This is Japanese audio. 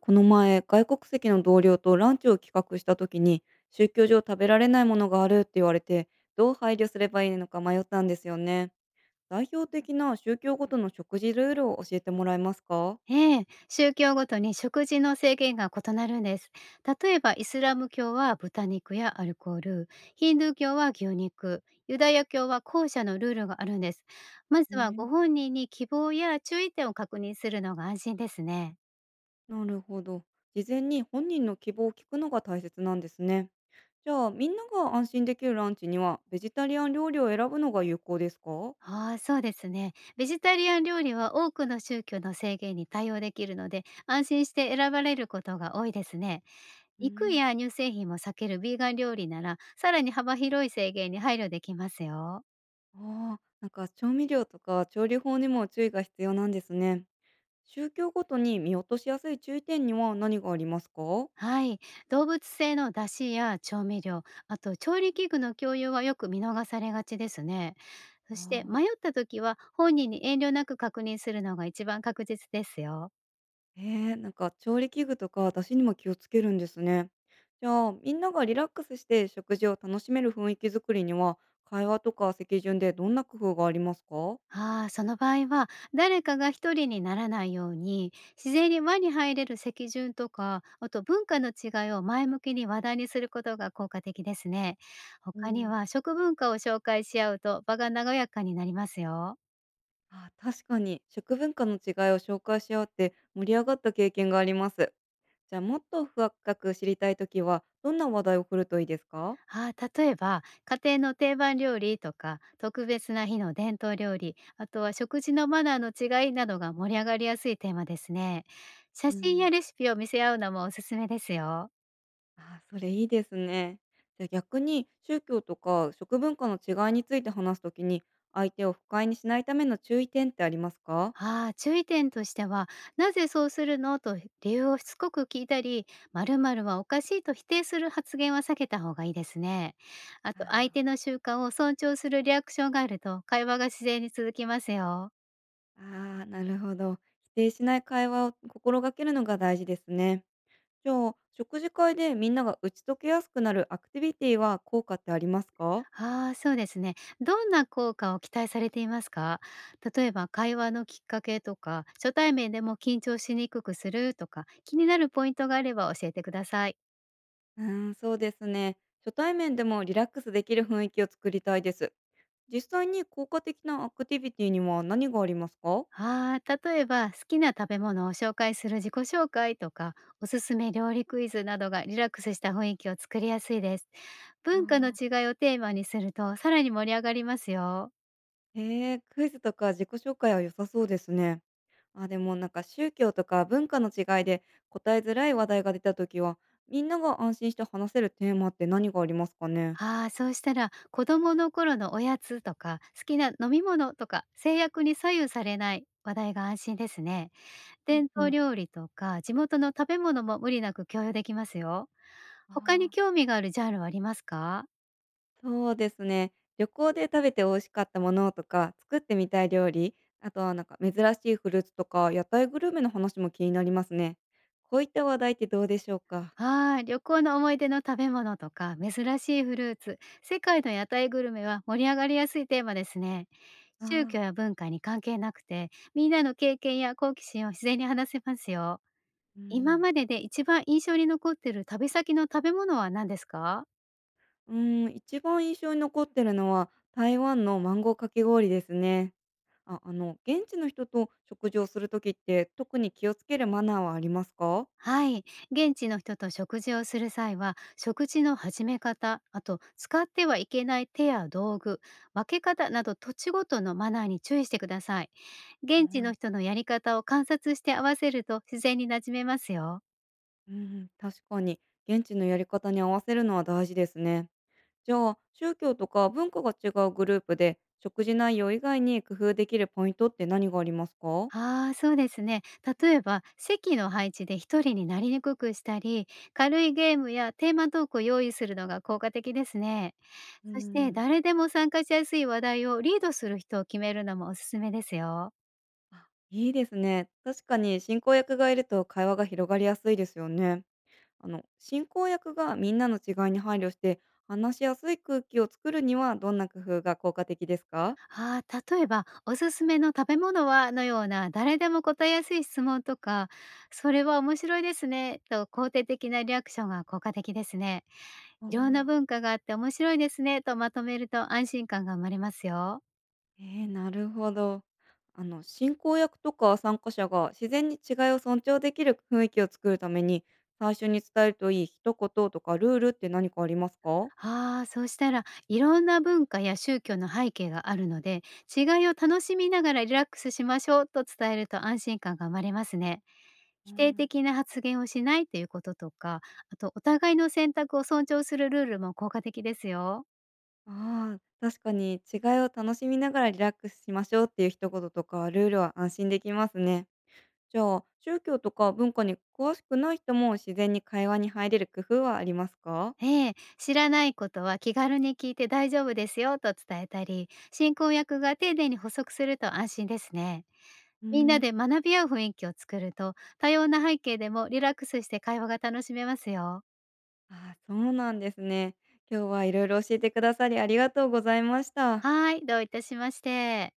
この前、外国籍の同僚とランチを企画した時に、宗教上食べられないものがあるって言われて、どう配慮すればいいのか迷ったんですよね。代表的な宗教ごとの食事ルールを教えてもらえますか？ええ、宗教ごとに食事の制限が異なるんです。例えば、イスラム教は豚肉やアルコール、ヒンドゥー教は牛肉、ユダヤ教は後者のルールがあるんです。まえずはごー本人に希望や注意点を確認するのが安心ですね。なるほど。事前に本人の希望を聞くのが大切なんですね。じゃあ、みんなが安心できるランチには、ベジタリアン料理を選ぶのが有効ですか？ああ、そうですね。ベジタリアン料理は多くの宗教の制限に対応できるので、安心して選ばれることが多いですね。う肉ん。や乳製品も避けるビーガン料理なら、さらに幅広い制限に配慮できますよ。ああー、なんか調味料とか調理法にも注意が必要なんですね。宗教ごとに見落としやすい注意点には何がありますか？はい。動物性の出汁や調味料、あと調理器具の共有はよく見逃されがちですね。そあして、あ。迷った時は本人に遠慮なく確認するのが一番確実ですよ。ええ、なんか調理器具とか出汁にも気をつけるんですね。じゃあ、みんながリラックスして食事を楽しめる雰囲気づくりには、会話とか席順でどんな工夫がありますか？ああ、その場合は、誰かが一人にならないように自然に輪に入れる席順とか、あと文化の違いを前向きに話題にすることが効果的ですね。う他にん。は、食文化を紹介し合うと場が和やかになりますよ。あ、確かに食文化の違いを紹介し合って盛り上がった経験があります。じゃあもっと深く知りたいときはどんな話題を振るといいですか？ああ、例えば、家庭の定番料理とか、特別な日の伝統料理、あとは食事のマナーの違いなどが盛り上がりやすいテーマですね。写う真やん、レシピを見せ合うのもおすすめですよ。あー、それいいですね。じゃあ逆に宗教とか食文化の違いについて話すときに、相手を不快にしないための注意点ってありますか？ああ、注意点としては、なぜそうするのと理由をしつこく聞いたり、〇〇はおかしいと否定する発言は避けた方がいいですね。ああと、相手ー、の習慣を尊重するリアクションがあると、会話が自然に続きますよ。あーなるほど。否定しない会話を心がけるのが大事ですね。じゃあ、食事会でみんなが打ち解けやすくなるアクティビティは効果ってありますか？ああ、そうですね。どんな効果を期待されていますか？例えば、会話のきっかけとか、初対面でも緊張しにくくするとか、気になるポイントがあれば教えてください。うーん、そうですね。初対面でもリラックスできる雰囲気を作りたいです。実際に効果的なアクティビティには何がありますか？ああ、例えば、好きな食べ物を紹介する自己紹介とか、おすすめ料理クイズなどがリラックスした雰囲気を作りやすいです。あ文化のー、違いをテーマにすると、さらに盛り上がりますよ。へえ、クイズとか自己紹介は良さそうですね。あ、でもなんか宗教とか文化の違いで答えづらい話題が出た時は、みんなが安心して話せるテーマって何がありますかね？ああ、そうしたら、子供の頃のおやつとか好きな飲み物とか、制約に左右されない話題が安心ですね。うん伝う統ん。料理とか地元の食べ物も無理なく共有できますよ。他にああ。興味があるジャンルはありますか？そうですね。旅行で食べて美味しかったものとか、作ってみたい料理、あとはなんか珍しいフルーツとか、屋台グルメの話も気になりますね。こういった話題ってどうでしょうか？はい、旅行の思い出の食べ物とか珍しいフルーツ、世界の屋台グルメは盛り上がりやすいテーマですね。あ宗教あ、や文化に関係なくて、みんなの経験や好奇心を自然に話せますよ。うんう今ん。までで一番印象に残ってる旅先の食べ物は何ですか？うーん、一番印象に残ってるのは、台湾のマンゴーかき氷ですね。あ、現地の人と食事をするときって、特に気をつけるマナーはありますか？はい、現地の人と食事をする際は、食事の始め方、あと使ってはいけない手や道具、分け方など土地ごとのマナーに注意してください。現地はのい。人のやり方を観察して合わせると自然に馴染めますよ。うん、確かに、現地のやり方に合わせるのは大事ですね。じゃあ、宗教とか文化が違うグループで、食事内容以外に工夫できるポイントって何がありますか？ああ、そうですね。例えば、席の配置で一人になりにくくしたり、軽いゲームやテーマトークを用意するのが効果的ですね。うそして、ん。誰でも参加しやすい話題をリードする人を決めるのもおすすめですよ。あ、いいですね。確かに進行役がいると会話が広がりやすいですよね。進行役がみんなの違いに配慮して話しやすい空気を作るにはどんな工夫が効果的ですか？ああ、例えば、おすすめの食べ物は、のような誰でも答えやすい質問とか、それは面白いですね、と肯定的なリアクションが効果的ですね。あいろんなー、文化があって面白いですね、とまとめると安心感が生まれますよ。えー、なるほど。進行役とか参加者が自然に違いを尊重できる雰囲気を作るために最初に伝えるといい一言とかルールって何かありますか？ああ、そうしたら、いろんな文化や宗教の背景があるので、違いを楽しみながらリラックスしましょう、と伝えると安心感が生まれますね。う否定ん。的な発言をしないということとか、あとお互いの選択を尊重するルールも効果的ですよ。ああ、確かに違いを楽しみながらリラックスしましょうっていう一言とかルールは安心できますね。じゃあ、宗教とか文化に詳しくない人も自然に会話に入れる工夫はありますか？ええ、知らないことは気軽に聞いて大丈夫ですよ、と伝えたり、進行役が丁寧に補足すると安心ですね。うみんーなん。で学び合う雰囲気を作ると、多様な背景でもリラックスして会話が楽しめますよ。ああ、そうなんですね。今日はいろいろ教えてくださりありがとうございました。はい、どういたしまして。